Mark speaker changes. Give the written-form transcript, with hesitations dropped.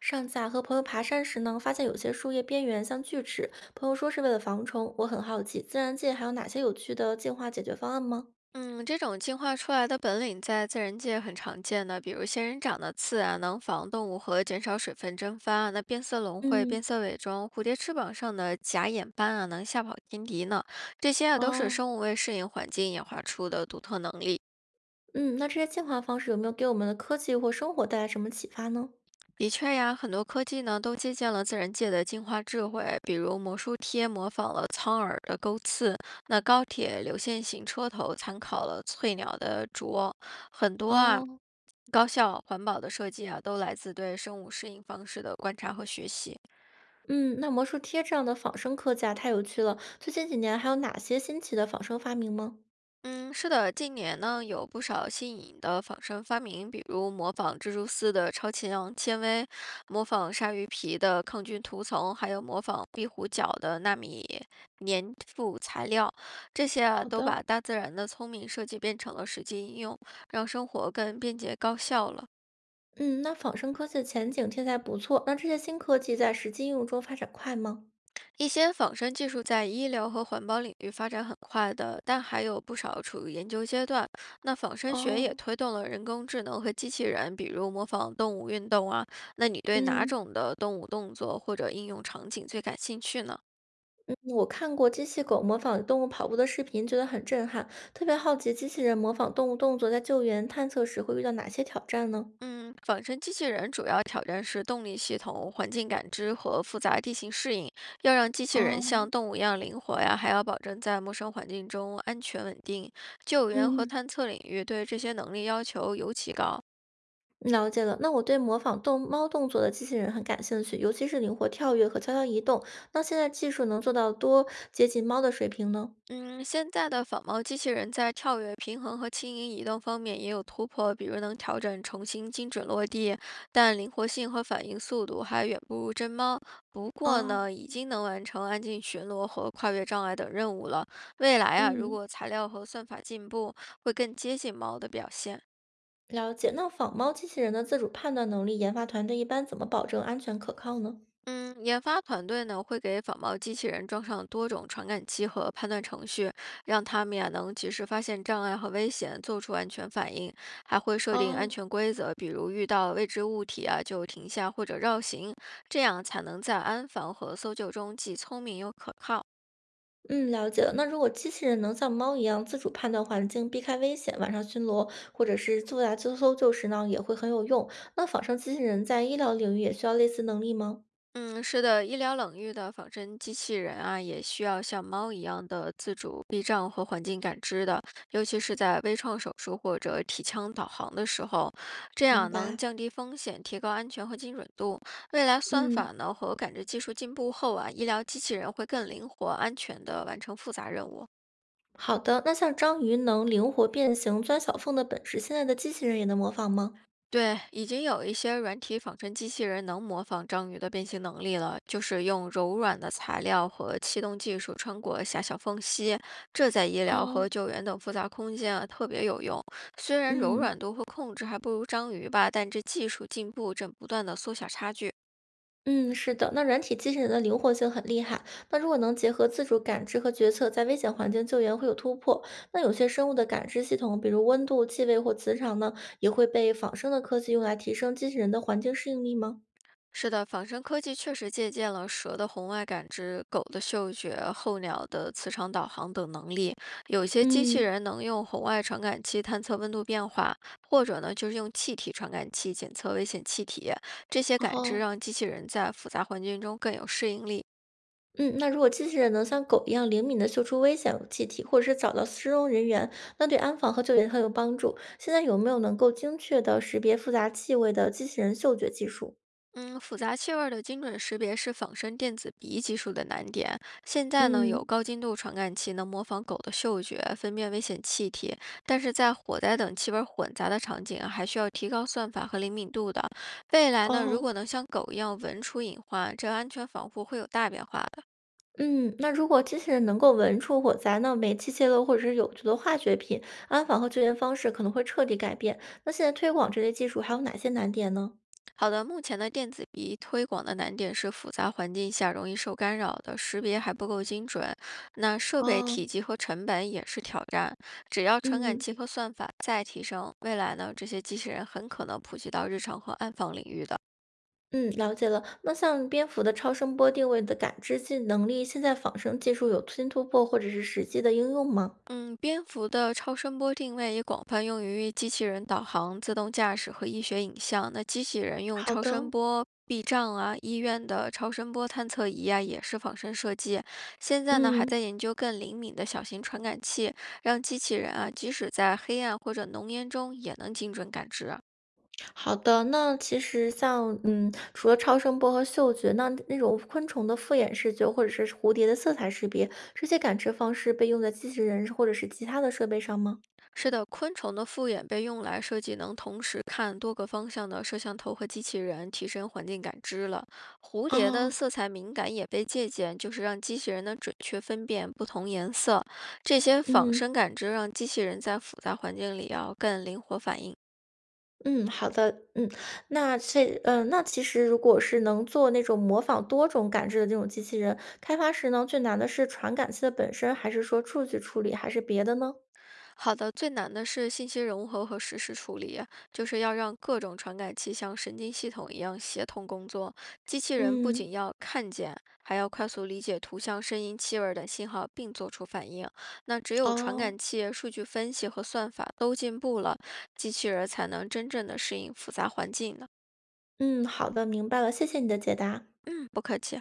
Speaker 1: 上次啊，和朋友爬山时呢，发现有些树叶边缘像锯齿，朋友说是为了防虫。我很好奇，自然界还有哪些有趣的进化解决方案吗？
Speaker 2: 嗯，这种进化出来的本领在自然界很常见的，比如仙人掌的刺啊，能防动物和减少水分蒸发啊那变色龙会变
Speaker 1: 嗯，
Speaker 2: 色伪装，蝴蝶翅膀上的假眼斑啊，能吓跑天敌呢。这些啊都是
Speaker 1: 哦，
Speaker 2: 生物为适应环境演化出的独特能力。
Speaker 1: 嗯，那这些进化方式有没有给我们的科技或生活带来什么启发呢？
Speaker 2: 的确呀，很多科技呢都借鉴了自然界的进化智慧，比如魔术贴模仿了苍耳的钩刺，那高铁流线型车头参考了翠鸟的啄，很多啊
Speaker 1: 哦，
Speaker 2: 高效环保的设计啊，都来自对生物适应方式的观察和学习。
Speaker 1: 嗯，那魔术贴这样的仿生科技啊，太有趣了。最近几年还有哪些新奇的仿生发明吗？
Speaker 2: 嗯，是的，近年呢有不少新颖的仿生发明，比如模仿蜘蛛丝的超强纤维，模仿鲨鱼皮的抗菌涂层，还有模仿壁虎角的纳米粘附材料，这些啊
Speaker 1: 好
Speaker 2: 都
Speaker 1: 的。
Speaker 2: 把大自然的聪明设计变成了实际应用，让生活更便捷高效了。
Speaker 1: 嗯，那仿生科技的前景听起来不错。那这些新科技在实际应用中发展快吗？
Speaker 2: 一些仿生技术在医疗和环保领域发展很快的，但还有不少处于研究阶段。那仿生学也
Speaker 1: 哦，
Speaker 2: 推动了人工智能和机器人，比如模仿动物运动啊。那你对哪
Speaker 1: 嗯，
Speaker 2: 种的动物动作或者应用场景最感兴趣呢？
Speaker 1: 我看过机器狗模仿动物跑步的视频，觉得很震撼，特别好奇机器人模仿动物动作在救援探测时会遇到哪些挑战呢？
Speaker 2: 嗯，仿生机器人主要挑战是动力系统、环境感知和复杂地形适应。要让机器人
Speaker 1: 哦，
Speaker 2: 像动物一样灵活呀，还要保证在陌生环境中安全稳定。救援和
Speaker 1: 嗯，
Speaker 2: 探测领域对这些能力要求尤其高。
Speaker 1: 了解了。那我对模仿动猫动作的机器人很感兴趣，尤其是灵活跳跃和悄悄移动。那现在技术能做到多接近猫的水平呢？
Speaker 2: 嗯，现在的仿猫机器人在跳跃、平衡和轻盈移动方面也有突破，比如能调整重新精准落地，但灵活性和反应速度还远不如真猫。不过
Speaker 1: 哦，
Speaker 2: 呢，已经能完成安静巡逻和跨越障碍等任务了。未来啊，如
Speaker 1: 嗯，
Speaker 2: 果材料和算法进步，会更接近猫的表现。
Speaker 1: 了解。那仿猫机器人的自主判断能力，研发团队一般怎么保证安全可靠呢？
Speaker 2: 嗯，研发团队呢会给仿冒机器人装上多种传感器和判断程序，让他们呀能及时发现障碍和危险，做出安全反应。还会设定安
Speaker 1: 哦。
Speaker 2: 全规则，比如遇到未知物体啊就停下或者绕行，这样才能在安防和搜救中既聪明又可靠。
Speaker 1: 嗯，了解了。那如果机器人能像猫一样自主判断环境，避开危险，晚上巡逻，或者是作答搜救时呢，也会很有用。那仿生机器人在医疗领域也需要类似能力吗？
Speaker 2: 嗯，是的，医疗领域的仿真机器人啊，也需要像猫一样的自主避障和环境感知的，尤其是在微创手术或者体腔导航的时候，这
Speaker 1: 明
Speaker 2: 样能
Speaker 1: 白。
Speaker 2: 降低风险，提高安全和精准度。未来算
Speaker 1: 嗯，
Speaker 2: 法呢和感知技术进步后啊，医疗机器人会更灵活、安全地完成复杂任务。
Speaker 1: 好的。那像章鱼能灵活变形、钻小缝的本事，现在的机器人也能模仿吗？
Speaker 2: 对，已经有一些软体仿真机器人能模仿章鱼的变形能力了，就是用柔软的材料和气动技术穿过狭小缝隙，这在医疗
Speaker 1: 哦，
Speaker 2: 和救援等复杂空间啊特别有用。虽然柔
Speaker 1: 嗯。
Speaker 2: 软度和控制还不如章鱼吧，但这技术进步正不断的缩小差距。
Speaker 1: 嗯，是的，那软体机器人的灵活性很厉害。那如果能结合自主感知和决策，在危险环境救援会有突破。那有些生物的感知系统，比如温度、气味或磁场呢，也会被仿生的科技用来提升机器人的环境适应力吗？
Speaker 2: 是的，仿生科技确实借鉴了蛇的红外感知、狗的嗅觉、候鸟的磁场导航等能力。有些机器
Speaker 1: 嗯，
Speaker 2: 人能用红外传感器探测温度变化，或者呢就是用气体传感器检测危险气体。这些感知
Speaker 1: 哦，
Speaker 2: 让机器人在复杂环境中更有适应力。
Speaker 1: 嗯，那如果机器人能像狗一样灵敏地嗅出危险气体，或者是找到失踪人员，那对安防和救援很有帮助。现在有没有能够精确地识别复杂气味的机器人嗅觉技术？
Speaker 2: 嗯，复杂气味儿的精准识别是仿生电子鼻技术的难点。现在呢，有
Speaker 1: 嗯，
Speaker 2: 高精度传感器能模仿狗的嗅觉，分辨危险气体，但是在火灾等气味儿混杂的场景啊还需要提高算法和灵敏度的。未来呢，如
Speaker 1: 哦。
Speaker 2: 果能像狗一样闻出隐患，这安全防护会有大变化的。
Speaker 1: 嗯，那如果机器人能够闻出火灾，那煤气泄漏或者是有毒的化学品，安防和救援方式可能会彻底改变。那现在推广这类技术还有哪些难点呢？
Speaker 2: 好的，目前的电子鼻推广的难点是复杂环境下容易受干扰的识别还不够精准，那设备
Speaker 1: 哦，
Speaker 2: 体积和成本也是挑战。只要传感
Speaker 1: 嗯
Speaker 2: 器和算法再提升，未来呢，这些机器人很可能普及到日常和暗访领域的。
Speaker 1: 嗯，了解了。那像蝙蝠的超声波定位的感知技能力，现在仿生技术有新突破或者是实际的应用吗？
Speaker 2: 嗯，蝙蝠的超声波定位也广泛用于机器人导航、自动驾驶和医学影像。那机器人用
Speaker 1: 好
Speaker 2: 超声
Speaker 1: 的，
Speaker 2: 波避障啊，医院的超声波探测仪啊，也是仿生设计。现在呢，还
Speaker 1: 嗯。
Speaker 2: 在研究更灵敏的小型传感器，让机器人啊，即使在黑暗或者浓烟中也能精准感知。
Speaker 1: 好的，那其实像，嗯，除了超声波和嗅觉，那那种昆虫的复眼视觉或者是蝴蝶的色彩识别，这些感知方式被用在机器人或者是其他的设备上吗？
Speaker 2: 是的，昆虫的复眼被用来设计能同时看多个方向的摄像头和机器人，提升环境感知了。蝴蝶的
Speaker 1: 哦，
Speaker 2: 色彩敏感也被借鉴，就是让机器人能准确分辨不同颜色。这些仿
Speaker 1: 嗯
Speaker 2: 生感知让机器人在复杂环境里要更灵活反应。
Speaker 1: 嗯，好的，嗯，那这那其实如果是能做那种模仿多种感知的这种机器人，开发时呢，最难的是传感器的本身，还是说数据处理，还是别的呢？
Speaker 2: 好的，最难的是信息融合和实时处理，就是要让各种传感器像神经系统一样协同工作。机器人不仅
Speaker 1: 嗯，
Speaker 2: 要看见，还要快速理解图像、声音、气味儿等信号，并做出反应。那只有传
Speaker 1: 哦，
Speaker 2: 感器、数据分析和算法都进步了，机器人儿才能真正的适应复杂环境呢。
Speaker 1: 嗯，好的，明白了，谢谢你的解答。
Speaker 2: 嗯，不客气。